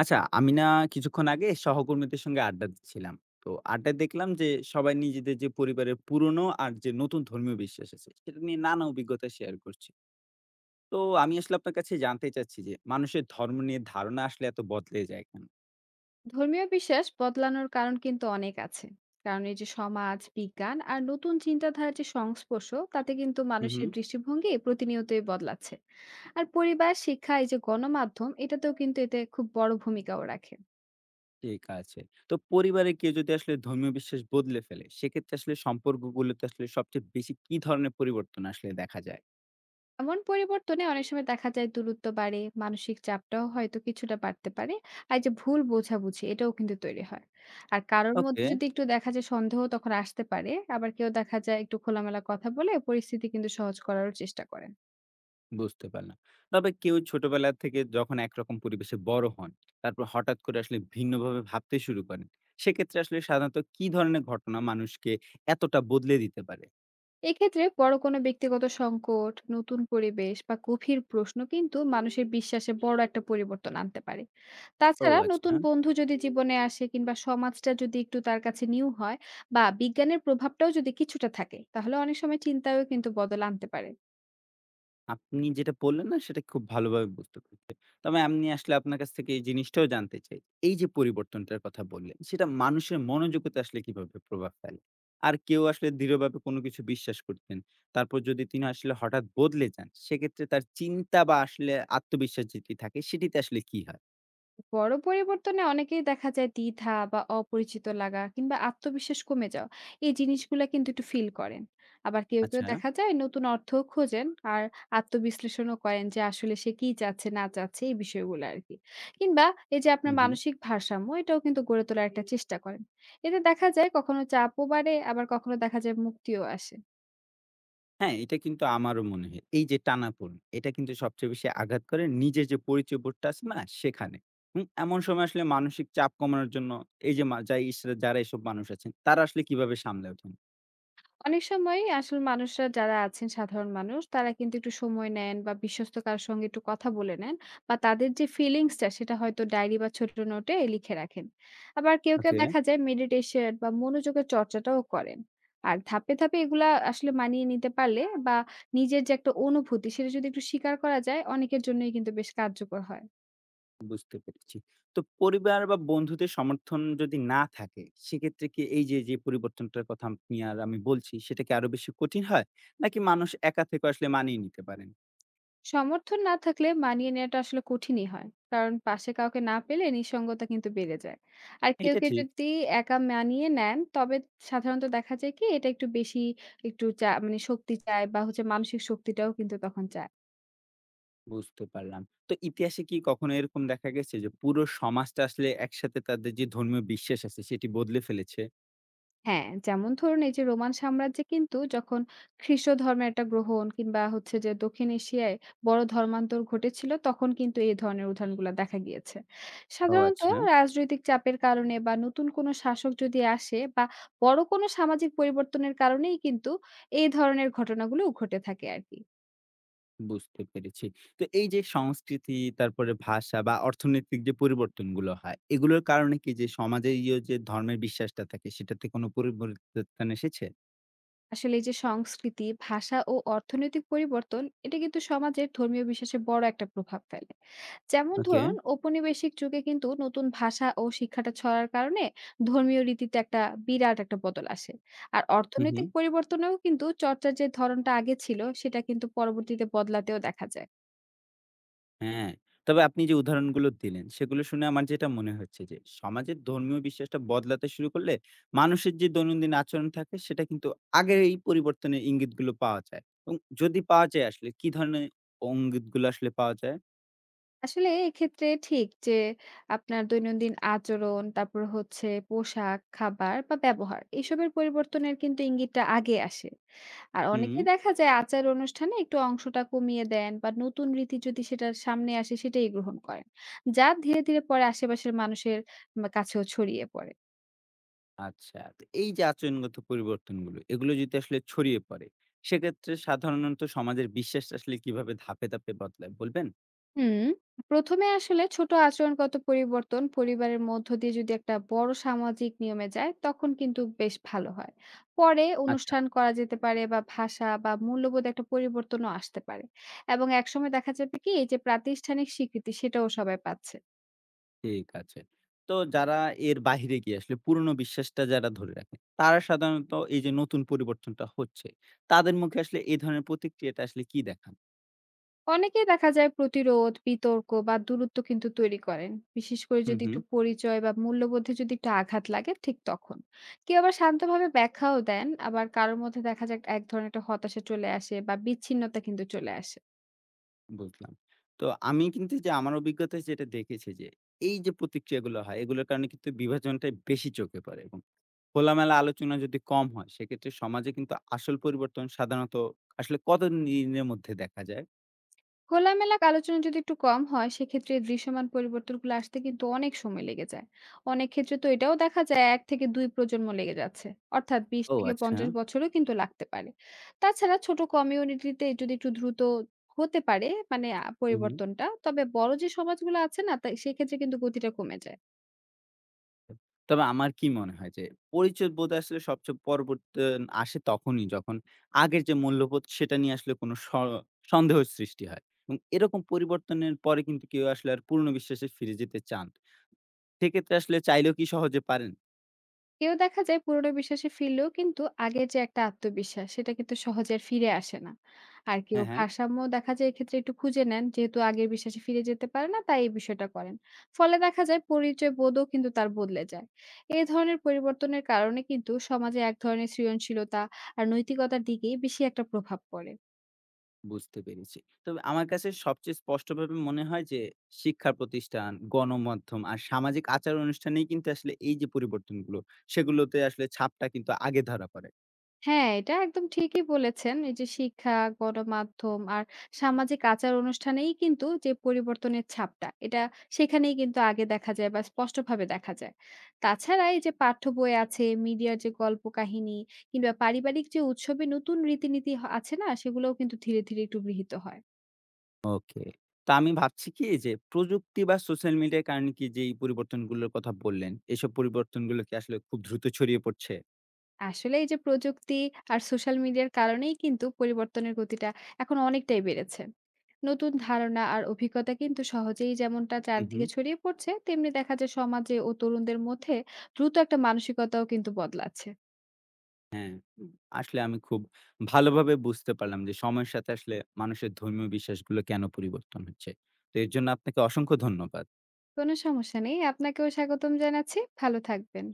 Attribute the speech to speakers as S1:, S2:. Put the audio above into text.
S1: আচ্ছা, আমি না কিছুক্ষণ আগে সহকর্মীদের সঙ্গে আড্ডা দিচ্ছিলাম। তো আড্ডায় দেখলাম যে সবাই নিজেদের যে পরিবারের পুরনো আর যে নতুন ধর্মীয় বিশ্বাস আছে, সেটা নিয়ে নানা অভিজ্ঞতা শেয়ার করছে। তো আমি আসলে আপনার কাছে জানতে চাচ্ছি যে মানুষের ধর্ম নিয়ে ধারণা আসলে এত বদলে যায় কেন?
S2: ধর্মীয় বিশ্বাস বদলানোর কারণ কিন্তু অনেক আছে। কারণ এই যে সমাজ বিজ্ঞান আর নতুন চিন্তাধারার যে সংস্পর্শ, তাতে কিন্তু
S1: হুম,
S2: মানুষের
S1: হুম,
S2: দৃষ্টিভঙ্গি প্রতিনিয়তই বদলাচ্ছে। আর পরিবার, শিক্ষা, এই যে গণমাধ্যম, এটাতেও কিন্তু এতে খুব বড় ভূমিকাও রাখে।
S1: ঠিক আছে। তো পরিবারে কেউ যদি আসলে ধর্মীয় বিশ্বাস বদলে ফেলে, সেক্ষেত্রে আসলে সম্পর্কগুলোতে আসলে সবচেয়ে বেশি কি ধরনের পরিবর্তন আসলে দেখা যায়?
S2: এমন পরিবর্তনে অনেক সময় দেখা যায় দূরত্ব বাড়ে, মানসিক চাপটাও হয়তো কিছুটা বাড়তে পারে। আর এই যে ভুল বোঝাবুঝি, এটাও কিন্তু তৈরি হয়। আর কারোর মধ্যে
S1: ওকে।
S2: যদি একটু দেখা যায় সন্দেহ, তখন আসতে পারে। আবার কেউ দেখা যায় একটু খোলামেলা কথা বলে পরিস্থিতি কিন্তু সহজ করারও চেষ্টা করে।
S1: বুঝতে পারলাম। তবে কেউ ছোটবেলা থেকে যখন একরকম পরিবেশে বড় হন, তারপর হঠাৎ করে আসলে ভিন্নভাবে ভাবতে শুরু করেন, সেক্ষেত্রে আসলে সাধারণত কি ধরনের ঘটনা মানুষকে এতটা বদলে দিতে পারে?
S2: এক্ষেত্রে বড় কোনো ব্যক্তিগত সংকট, নতুন পরিবেশ বা গভীর প্রশ্ন কিন্তু মানুষের বিশ্বাসে বড় একটা পরিবর্তন আনতে পারে।
S1: ও
S2: তাছাড়া নতুন
S1: আচ্ছা।
S2: বন্ধু যদি জীবনে আসে, কিংবা সমাজটা যদি একটু তার কাছে নিউ হয়, বা বিজ্ঞানের প্রভাবটাও যদি কিছুটা থাকে, তাহলে অনেক সময় চিন্তায়ও কিন্তু বদল আনতে পারে।
S1: আপনি যেটা বললেন না সেটা খুব ভালোভাবে বুঝতে পেরেছি। তবে আমি আসলে আপনার কাছ থেকে এই জিনিসটাও জানতে চাই। এই যে পরিবর্তনটার কথা বললেন, সেটা মানুষের মনোযোগতা আসলে কিভাবে প্রভাব ফেলে? আর কেউ আসলে দৃঢ়ভাবে কোনো কিছু বিশ্বাস করতেন। তারপর যদি তিনি আসলে হঠাৎ বদলে যান, সেক্ষেত্রে তার চিন্তা বা আসলে আত্মবিশ্বাস যেটি থাকে সেটিতে আসলে কি হয়?
S2: বড় পরিবর্তনে অনেকেই দেখা যায় দ্বিধা বা অপরিচিত লাগা কিংবা আত্মবিশ্বাস কমে যাওয়া, এই জিনিসগুলা কিন্তু একটু ফিল করেন। আবার কেউ কেউ
S1: আচ্ছা।
S2: দেখা যায় নতুন অর্থ খোঁজেন আর আত্মবিশ্লেষণও করেন যে আসলে সে কি চাচ্ছে না চাচ্ছে, এই বিষয়গুলো আর কি। কিংবা এই যে
S1: হু,
S2: আপনার
S1: হু।
S2: মানসিক ভারসাম্য, এটাও কিন্তু গড়ে তোলার একটা চেষ্টা করেন। এতে দেখা যায় কখনো চাপও বাড়ে, আবার কখনো দেখা যায় মুক্তিও আসে।
S1: হ্যাঁ, এটা কিন্তু আমারও মনে হয়। এই যে টানাপোড়েন, এটা কিন্তু সবচেয়ে বেশি আঘাত করে নিজের যে পরিচয় বোধটা আছে না? সেখানে। হুম? এমন সময় আসলে মানসিক চাপ কমানোর জন্য এই যে মা যাই ইসরা যারা এসব মানুষ আছেন, তারা আসলে কিভাবে সামলে ওঠেন?
S2: অনেক সময় আসলে মানুষরা যারা আছেন সাধারণ মানুষ, তারা কিন্তু একটু সময় নেন বা বিশ্বস্ত কারোর সঙ্গে একটু কথা বলে নেন, বা তাদের যে ফিলিংসটা সেটা হয়তো ডায়েরি বা ছোট নোটে লিখে রাখেন। আবার কেউ কেউ
S1: ওকে।
S2: দেখা যায় মেডিটেশন বা মনোযোগের চর্চাটাও করেন। আর ধাপে ধাপে এগুলা আসলে মানিয়ে নিতে পারলে, বা নিজের যে একটা অনুভূতি সেটা যদি একটু স্বীকার করা যায়, অনেকের জন্যই কিন্তু বেশ কার্যকর হয়।
S1: বুঝতে পেরেছি। তো পরিবার বা বন্ধুদের সমর্থন যদি না থাকে, সেক্ষেত্রে কি এই যে, যে পরিবর্তনটার কথা আপনি আর আমি বলছি, সেটা কি আরো বেশি কঠিন হয়? নাকি মানুষ একা থেকেও আসলে মানিয়ে নিতে পারেন?
S2: সমর্থন না থাকলে মানিয়ে নেওয়াটা আসলে কঠিনই হয়, কারণ পাশে কাউকে না পেলে নিঃসঙ্গতা কিন্তু বেড়ে যায়। আর কেউ
S1: এটা
S2: কেউ
S1: ঠিক।
S2: যদি একা মানিয়ে নেন, তবে সাধারণত দেখা যায় কি এটা একটু বেশি একটু মানে শক্তি চায়, বা হচ্ছে মানসিক শক্তিটাও কিন্তু তখন চায়।
S1: বুঝতে পারলাম। তো ইতিহাসে কি কখনো এরকম দেখা গেছে যে পুরো সমাজটা আসলে একসাথে তাদের যে ধর্মীয় বিশ্বাস আছে সেটি বদলে ফেলেছে?
S2: হ্যাঁ, যেমন ধরুন এই যে রোমান সাম্রাজ্যে কিন্তু যখন খ্রিষ্ট ধর্মের একটা গ্রহণ, কিংবা হচ্ছে যে দক্ষিণ এশিয়ায় বড় ধর্মান্তর ঘটেছিল, তখন কিন্তু এই ধরনের উদাহরণগুলা দেখা গিয়েছে।
S1: ও
S2: সাধারণত
S1: আচ্ছা,
S2: রাজনৈতিক চাপের কারণে, বা নতুন কোনো শাসক যদি আসে, বা বড় কোনো সামাজিক পরিবর্তনের কারণেই কিন্তু এই ধরনের ঘটনাগুলো ঘটে থাকে আরকি।
S1: বুঝতে পেরেছি। তো এই যে সংস্কৃতি, তারপরে ভাষা বা অর্থনৈতিক যে পরিবর্তনগুলো হয়, এগুলোর কারণে কি যে সমাজের ইয়ে যে ধর্মের বিশ্বাসটা থাকে সেটাতে কোনো পরিবর্তন এসেছে?
S2: আসলে এই যে সংস্কৃতি, ভাষা ও অর্থনৈতিক পরিবর্তন, এটা কিন্তু সমাজের ধর্মীয় বিশ্বাসে বড় একটা প্রভাব ফেলে। যেমন
S1: ওকে।
S2: ধরুন ঔপনিবেশিক যুগে কিন্তু নতুন ভাষা ও শিক্ষাটা ছড়ার কারণে ধর্মীয় রীতিতে একটা বিরাট একটা বদল আসে। আর
S1: হু, হু।
S2: অর্থনৈতিক পরিবর্তনেও কিন্তু চর্চার যে ধরনটা আগে ছিল, সেটা কিন্তু পরবর্তীতে বদলাতেও দেখা যায়।
S1: হ্যাঁ, তবে আপনি যে উদাহরণগুলো দিলেন সেগুলো শুনে আমার যেটা মনে হচ্ছে যে সমাজের ধর্মীয় বিশ্বাসটা বদলাতে শুরু করলে মানুষের যে দৈনন্দিন আচরণ থাকে সেটা কিন্তু আগের এই পরিবর্তনের ইঙ্গিতগুলো পাওয়া যায় এবং যদি পাওয়া যায় আসলে কি ধরনের ইঙ্গিতগুলো আসলে পাওয়া যায়?
S2: আসলে এক্ষেত্রে ঠিক যে, আপনার দৈনন্দিন আচরণ, তারপর হচ্ছে পোশাক, খাবার বা ব্যবহার, এসবের পরিবর্তনের কিন্তু ইঙ্গিতটা আগে আসে। আর
S1: হুম,
S2: অনেকেই দেখা যায় আচার অনুষ্ঠানে একটু অংশটা কমিয়ে দেন, বা নতুন রীতি যদি সেটার সামনে আসে সেটাই গ্রহণ করেন। যা ধীরে ধীরে পরে আশেপাশের মানুষের মা কাছেও ছড়িয়ে পড়ে।
S1: আচ্ছা। তো এই যে আচরণগত পরিবর্তনগুলো এগুলো যদি আসলে ছড়িয়ে পড়ে সেক্ষেত্রে সাধারণত সমাজের বিশ্বাসটা আসলে কিভাবে ধাপে, ধাপে বদলায় বলবেন?
S2: হুম, প্রথমে আসলে ছোট আচরণগত পরিবর্তন পরিবারের মধ্য দিয়ে যদি একটা বড় সামাজিক নিয়মে যায়, তখন কিন্তু বেশ ভালো হয়। পরে
S1: আচ্ছা।
S2: অনুষ্ঠান করা যেতে পারে, বা ভাষা বা মূল্যবোধ একটা পরিবর্তনও আসতে পারে। এবং একসময় দেখা যাবে কি এই যে প্রাতিষ্ঠানিক স্বীকৃতি, সেটাও সবাই পাচ্ছে।
S1: ঠিক আছে। তো যারা এর বাহিরে গিয়ে আসলে পুরনো বিশ্বাসটা যারা ধরে রাখে, তারা সাধারণত এই যে নতুন পরিবর্তনটা হচ্ছে, তাদের মুখে আসলে এই ধরনের প্রতিক্রিয়াটা আসলে কি দেখান?
S2: অনেকেই দেখা যায় প্রতিরোধ, বিতর্ক বা দূরত্ব কিন্তু তৈরি করেন। বিশেষ করে
S1: হুম,
S2: যদি
S1: হুম।
S2: একটু পরিচয় বা মূল্যবোধে যদি একটু আঘাত লাগে ঠিক তখন। কেউ আবার শান্তভাবে ব্যাখ্যাও দেন, আবার কারোর মধ্যে দেখা যায় এক ধরনের একটা হতাশা চলে আসে, বা বিচ্ছিন্নতা কিন্তু চলে আসে।
S1: বুঝলাম। তো আমি কিন্তু যে আমার অভিজ্ঞতায় যেটা দেখেছি যে, এই যে প্রতিক্রিয়াগুলো হয়, এগুলোর কারণে কিন্তু বিভাজনটাই বেশি চোখে পড়ে এবং খোলামেলা আলোচনা যদি কম হয়, সেক্ষেত্রে সমাজে কিন্তু আসল পরিবর্তন সাধারণত আসলে কতদিনের মধ্যে দেখা যায়?
S2: খোলামেলা আলোচনা যদি একটু কম হয়, সেক্ষেত্রে দৃশ্যমান পরিবর্তনগুলো আসতে কিন্তু অনেক সময় লেগে যায়। অনেক ক্ষেত্রে তো এটাও দেখা যায় এক থেকে দুই প্রজন্ম লেগে যাচ্ছে, অর্থাৎ বিশ
S1: ও
S2: থেকে
S1: আচ্ছা।
S2: পঞ্চাশ বছরও কিন্তু লাগতে পারে। তাছাড়া ছোট কমিউনিটিতে যদি একটু দ্রুত হতে পারে মানে
S1: হুম, হুম।
S2: পরিবর্তনটা, তবে বড় যে সমাজগুলো আছে না তাই, সেক্ষেত্রে কিন্তু গতিটা কমে যায়।
S1: তবে আমার কি মনে হয় যে পরিচয় বোধ আসলে সবচেয়ে পরিবর্তন আসে তখনই যখন আগের যে মূল্যবোধ সেটা নিয়ে আসলে কোনো সন্দেহ সৃষ্টি হয় এবং এরকম পরিবর্তনের পরে কিন্তু কেউ আসলে আর পূর্ণ বিশ্বাসে ফিরে যেতে চান সেক্ষেত্রে আসলে চাইলেও কি সহজে পারেন।
S2: কেউ দেখা যায় পুরোনো বিশ্বাসে ফিরলেও কিন্তু আগের যে একটা আত্মবিশ্বাস, সেটা কিন্তু সহজে আর ফিরে আসে না। আর কেউ
S1: হ্যাঁ, হ্যাঁ।
S2: ভারসাম্য দেখা যায় এক্ষেত্রে একটু খুঁজে নেন, যেহেতু আগের বিশ্বাসে ফিরে যেতে পারে না তাই এই বিষয়টা করেন। ফলে দেখা যায় পরিচয় বোধও কিন্তু তার বদলে যায়। এই ধরনের পরিবর্তনের কারণে কিন্তু সমাজে এক ধরনের সৃজনশীলতা আর নৈতিকতার দিকে বেশি একটা প্রভাব পড়ে।
S1: বুঝতে পেরেছি। তবে আমার কাছে সবচেয়ে স্পষ্টভাবে মনে হয় যে শিক্ষা প্রতিষ্ঠান, গণমাধ্যম আর সামাজিক আচার অনুষ্ঠানেই কিন্তু আসলে এই যে পরিবর্তনগুলো, সেগুলোতে আসলে ছাপটা কিন্তু আগে ধরা পড়ে।
S2: হ্যাঁ, এটা একদম ঠিকই বলেছেন। এই যে শিক্ষা, গণমাধ্যম আর সামাজিক আচার অনুষ্ঠানেই কিন্তু যে পরিবর্তনের ছাপটা, এটা সেখানেই কিন্তু আগে দেখা যায় বা স্পষ্টভাবে দেখা যায়। তাছাড়া এই যে পাঠ্য বই আছে, মিডিয়ার যে গল্প কাহিনী কিংবা পারিবারিক যে উৎসবে নতুন রীতিনীতি আছে না? সেগুলোও কিন্তু ধীরে ধীরে একটু গৃহীত হয়।
S1: ওকে। তো আমি ভাবছি কি যে প্রযুক্তি বা সোশ্যাল মিডিয়ার কারণে কি যে এই পরিবর্তনগুলোর কথা বললেন, এসব পরিবর্তনগুলো কি আসলে খুব দ্রুত ছড়িয়ে পড়ছে?
S2: আসলে এই যে প্রযুক্তি আর সোশ্যাল মিডিয়ার কারণেই কিন্তু পরিবর্তনের গতিটা এখন অনেকটাই বেড়েছে। নতুন ধারণা আর অভিজ্ঞতা কিন্তু সহজেই যেমনটা
S1: হু, হু।
S2: চারদিকে ছড়িয়ে পড়ছে, তেমনি দেখা যায় সমাজে ও তরুণদের মধ্যে দ্রুত একটা মানসিকতাও কিন্তু বদলাচ্ছে।
S1: হ্যাঁ, উম আসলে আমি খুব ভালোভাবে বুঝতে পারলাম যে সময়ের সাথে আসলে মানুষের ধর্মীয় বিশ্বাসগুলো কেন পরিবর্তন হচ্ছে। তো এর জন্য আপনাকে অসংখ্য ধন্যবাদ।
S2: কোনো সমস্যা নেই, আপনাকেও স্বাগতম জানাচ্ছি। ভালো থাকবেন।